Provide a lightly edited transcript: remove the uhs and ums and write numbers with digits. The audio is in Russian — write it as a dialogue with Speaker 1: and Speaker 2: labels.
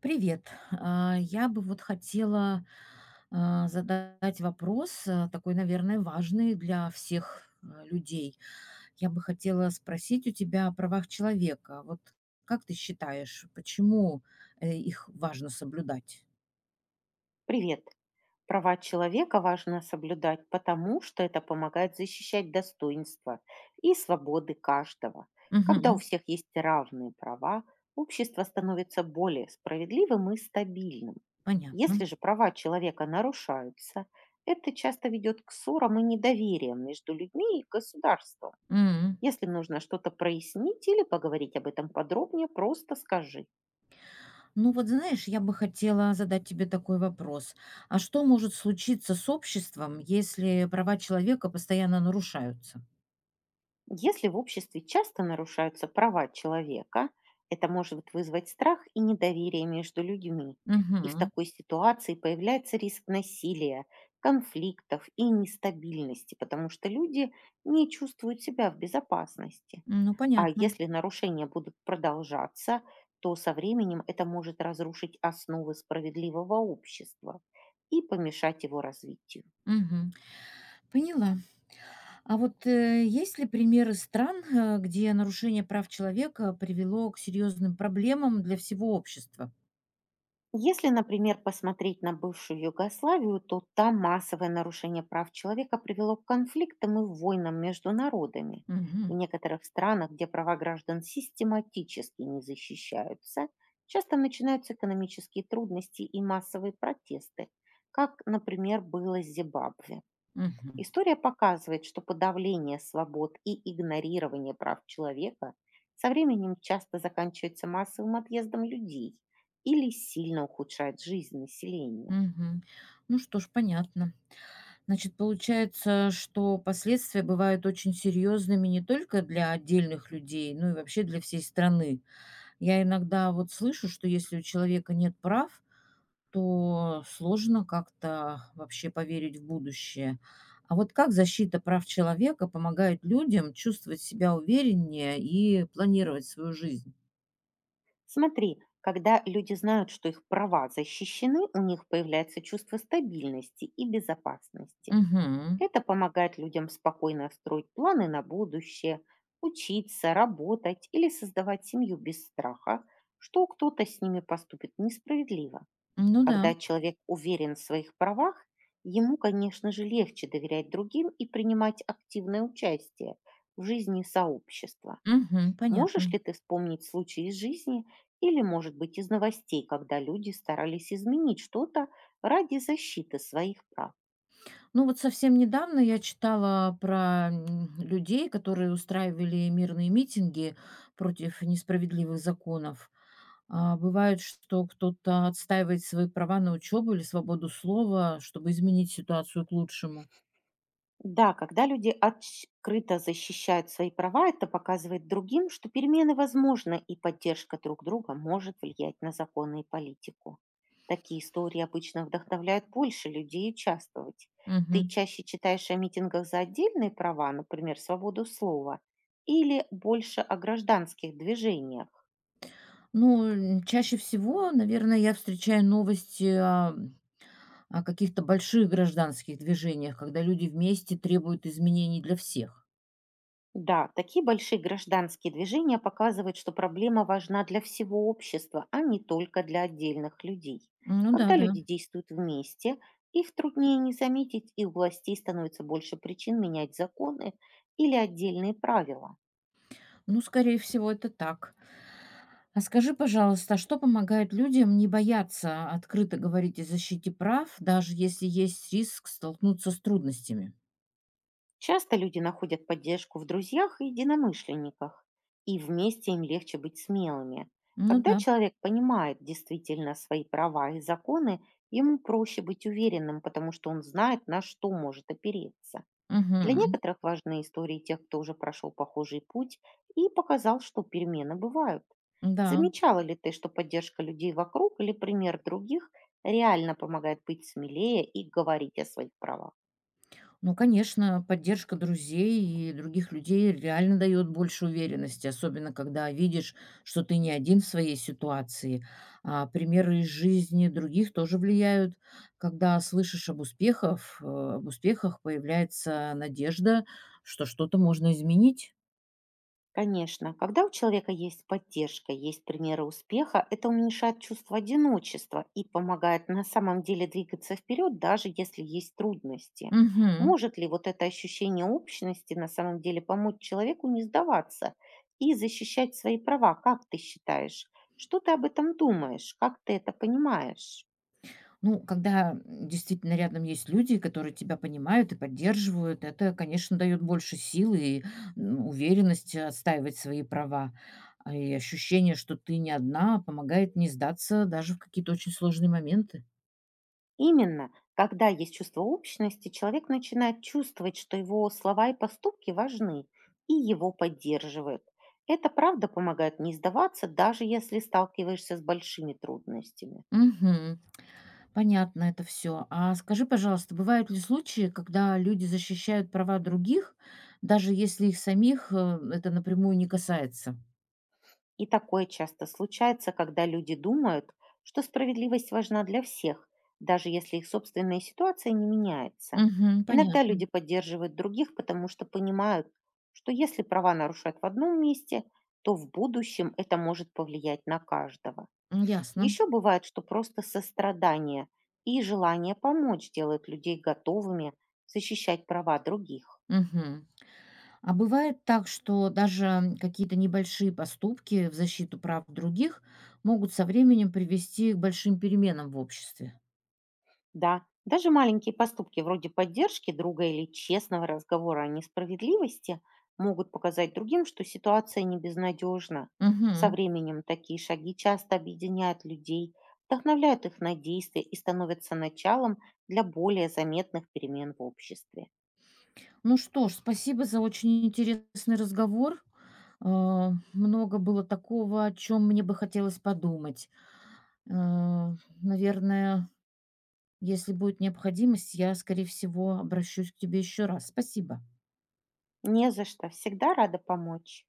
Speaker 1: Привет. Я бы вот хотела задать вопрос, такой, наверное, важный для всех людей. Я бы хотела спросить у тебя о правах человека. Вот как ты считаешь, почему их важно соблюдать?
Speaker 2: Привет. Права человека важно соблюдать, потому что это помогает защищать достоинства и свободы каждого. Когда у
Speaker 1: Мгм.
Speaker 2: всех есть равные права, общество становится более справедливым и стабильным. Если
Speaker 1: Понятно.
Speaker 2: же права человека нарушаются, это часто ведет к ссорам и недовериям между людьми и государством.
Speaker 1: М.
Speaker 2: Если нужно что-то прояснить или поговорить об этом подробнее, просто скажи.
Speaker 1: Ну вот знаешь, я бы хотела задать тебе такой вопрос. А что может случиться с обществом, если права человека постоянно нарушаются?
Speaker 2: Если в обществе часто нарушаются права человека, это может вызвать страх и недоверие между людьми. И в
Speaker 1: Мгм.
Speaker 2: такой ситуации появляется риск насилия, конфликтов и нестабильности, потому что люди не чувствуют себя в безопасности.
Speaker 1: Ну
Speaker 2: А
Speaker 1: понятно.
Speaker 2: если нарушения будут продолжаться, то со временем это может разрушить основы справедливого общества и помешать его развитию.
Speaker 1: Мгм. Поняла. А вот есть ли примеры стран, где нарушение прав человека привело к серьезным проблемам для всего общества?
Speaker 2: Если, например, посмотреть на бывшую Югославию, то там массовое нарушение прав человека привело к конфликтам и войнам между народами. В
Speaker 1: Мгм.
Speaker 2: некоторых странах, где права граждан систематически не защищаются, часто начинаются экономические трудности и массовые протесты, как, например, было с Зимбабве.
Speaker 1: Мгм.
Speaker 2: История показывает, что подавление свобод и игнорирование прав человека со временем часто заканчивается массовым отъездом людей или сильно ухудшает жизнь населения.
Speaker 1: Мгм. Ну что ж, понятно. Значит, получается, что последствия бывают очень серьезными не только для отдельных людей, но и вообще для всей страны. Я иногда вот слышу, что если у человека нет прав, то сложно как-то вообще поверить в будущее. А вот как защита прав человека помогает людям чувствовать себя увереннее и планировать свою жизнь?
Speaker 2: Смотри, когда люди знают, что их права защищены, у них появляется чувство стабильности и безопасности.
Speaker 1: Мгм.
Speaker 2: Это помогает людям спокойно строить планы на будущее, учиться, работать или создавать семью без страха, что кто-то с ними поступит несправедливо.
Speaker 1: Ну да.
Speaker 2: Когда человек уверен в своих правах, ему, конечно же, легче доверять другим и принимать активное участие в жизни сообщества.
Speaker 1: Мгм.
Speaker 2: Можешь
Speaker 1: Понятно.
Speaker 2: ли ты вспомнить случаи из жизни или, может быть, из новостей, когда люди старались изменить что-то ради защиты своих прав?
Speaker 1: Ну вот совсем недавно я читала про людей, которые устраивали мирные митинги против несправедливых законов. А, бывает, что кто-то отстаивает свои права на учебу или свободу слова, чтобы изменить ситуацию к лучшему.
Speaker 2: Да, когда люди открыто защищают свои права, это показывает другим, что перемены возможны и поддержка друг друга может влиять на законы и политику. Такие истории обычно вдохновляют больше людей участвовать. Ты
Speaker 1: Мгм.
Speaker 2: чаще читаешь о митингах за отдельные права, например, свободу слова, или больше о гражданских движениях?
Speaker 1: Ну, чаще всего, наверное, я встречаю новости о каких-то больших гражданских движениях, когда люди вместе требуют изменений для всех.
Speaker 2: Да, такие большие гражданские движения показывают, что проблема важна для всего общества, а не только для отдельных людей.
Speaker 1: Ну да,
Speaker 2: Когда
Speaker 1: да.
Speaker 2: люди действуют вместе, их труднее не заметить, и у властей становится больше причин менять законы или отдельные правила.
Speaker 1: Ну, скорее всего, это так. А скажи, пожалуйста, а что помогает людям не бояться открыто говорить о защите прав, даже если есть риск столкнуться с трудностями?
Speaker 2: Часто люди находят поддержку в друзьях и единомышленниках, и вместе им легче быть смелыми.
Speaker 1: Ну
Speaker 2: Когда
Speaker 1: да.
Speaker 2: человек понимает действительно свои права и законы, ему проще быть уверенным, потому что он знает, на что может опереться.
Speaker 1: Угу.
Speaker 2: Для некоторых важны истории тех, кто уже прошел похожий путь и показал, что перемены бывают.
Speaker 1: Да.
Speaker 2: Замечала ли ты, что поддержка людей вокруг или пример других реально помогает быть смелее и говорить о своих правах?
Speaker 1: Ну, конечно, поддержка друзей и других людей реально дает больше уверенности, особенно когда видишь, что ты не один в своей ситуации. А примеры из жизни других тоже влияют. Когда слышишь об успехах появляется надежда, что что-то можно изменить.
Speaker 2: Конечно, когда у человека есть поддержка, есть примеры успеха, это уменьшает чувство одиночества и помогает на самом деле двигаться вперед, даже если есть трудности.
Speaker 1: Мгм.
Speaker 2: Может ли вот это ощущение общности на самом деле помочь человеку не сдаваться и защищать свои права? Как ты считаешь? Что ты об этом думаешь? Как ты это понимаешь?
Speaker 1: Ну, когда действительно рядом есть люди, которые тебя понимают и поддерживают, это, конечно, дает больше силы и уверенности отстаивать свои права. И ощущение, что ты не одна, помогает не сдаться даже в какие-то очень сложные моменты.
Speaker 2: Именно, когда есть чувство общности, человек начинает чувствовать, что его слова и поступки важны и его поддерживают. Это правда помогает не сдаваться, даже если сталкиваешься с большими трудностями.
Speaker 1: Мгм. Понятно это все. А скажи, пожалуйста, бывают ли случаи, когда люди защищают права других, даже если их самих это напрямую не касается?
Speaker 2: И такое часто случается, когда люди думают, что справедливость важна для всех, даже если их собственная ситуация не меняется.
Speaker 1: Мгм.
Speaker 2: Иногда люди
Speaker 1: Понятно.
Speaker 2: поддерживают других, потому что понимают, что если права нарушают в одном месте, то в будущем это может повлиять на каждого.
Speaker 1: Ясно.
Speaker 2: Еще бывает, что просто сострадание и желание помочь делают людей готовыми защищать права других.
Speaker 1: Мгм. А бывает так, что даже какие-то небольшие поступки в защиту прав других могут со временем привести к большим переменам в обществе.
Speaker 2: Да, даже маленькие поступки вроде поддержки друга или честного разговора о несправедливости могут показать другим, что ситуация не безнадежна. Со
Speaker 1: Мгм.
Speaker 2: временем такие шаги часто объединяют людей, вдохновляют их на действия и становятся началом для более заметных перемен в обществе.
Speaker 1: Ну что ж, спасибо за очень интересный разговор. Много было такого, о чем мне бы хотелось подумать. Э, Наверное, если будет необходимость, я, скорее всего, обращусь к тебе еще раз. Спасибо.
Speaker 2: Не за что, всегда рада помочь.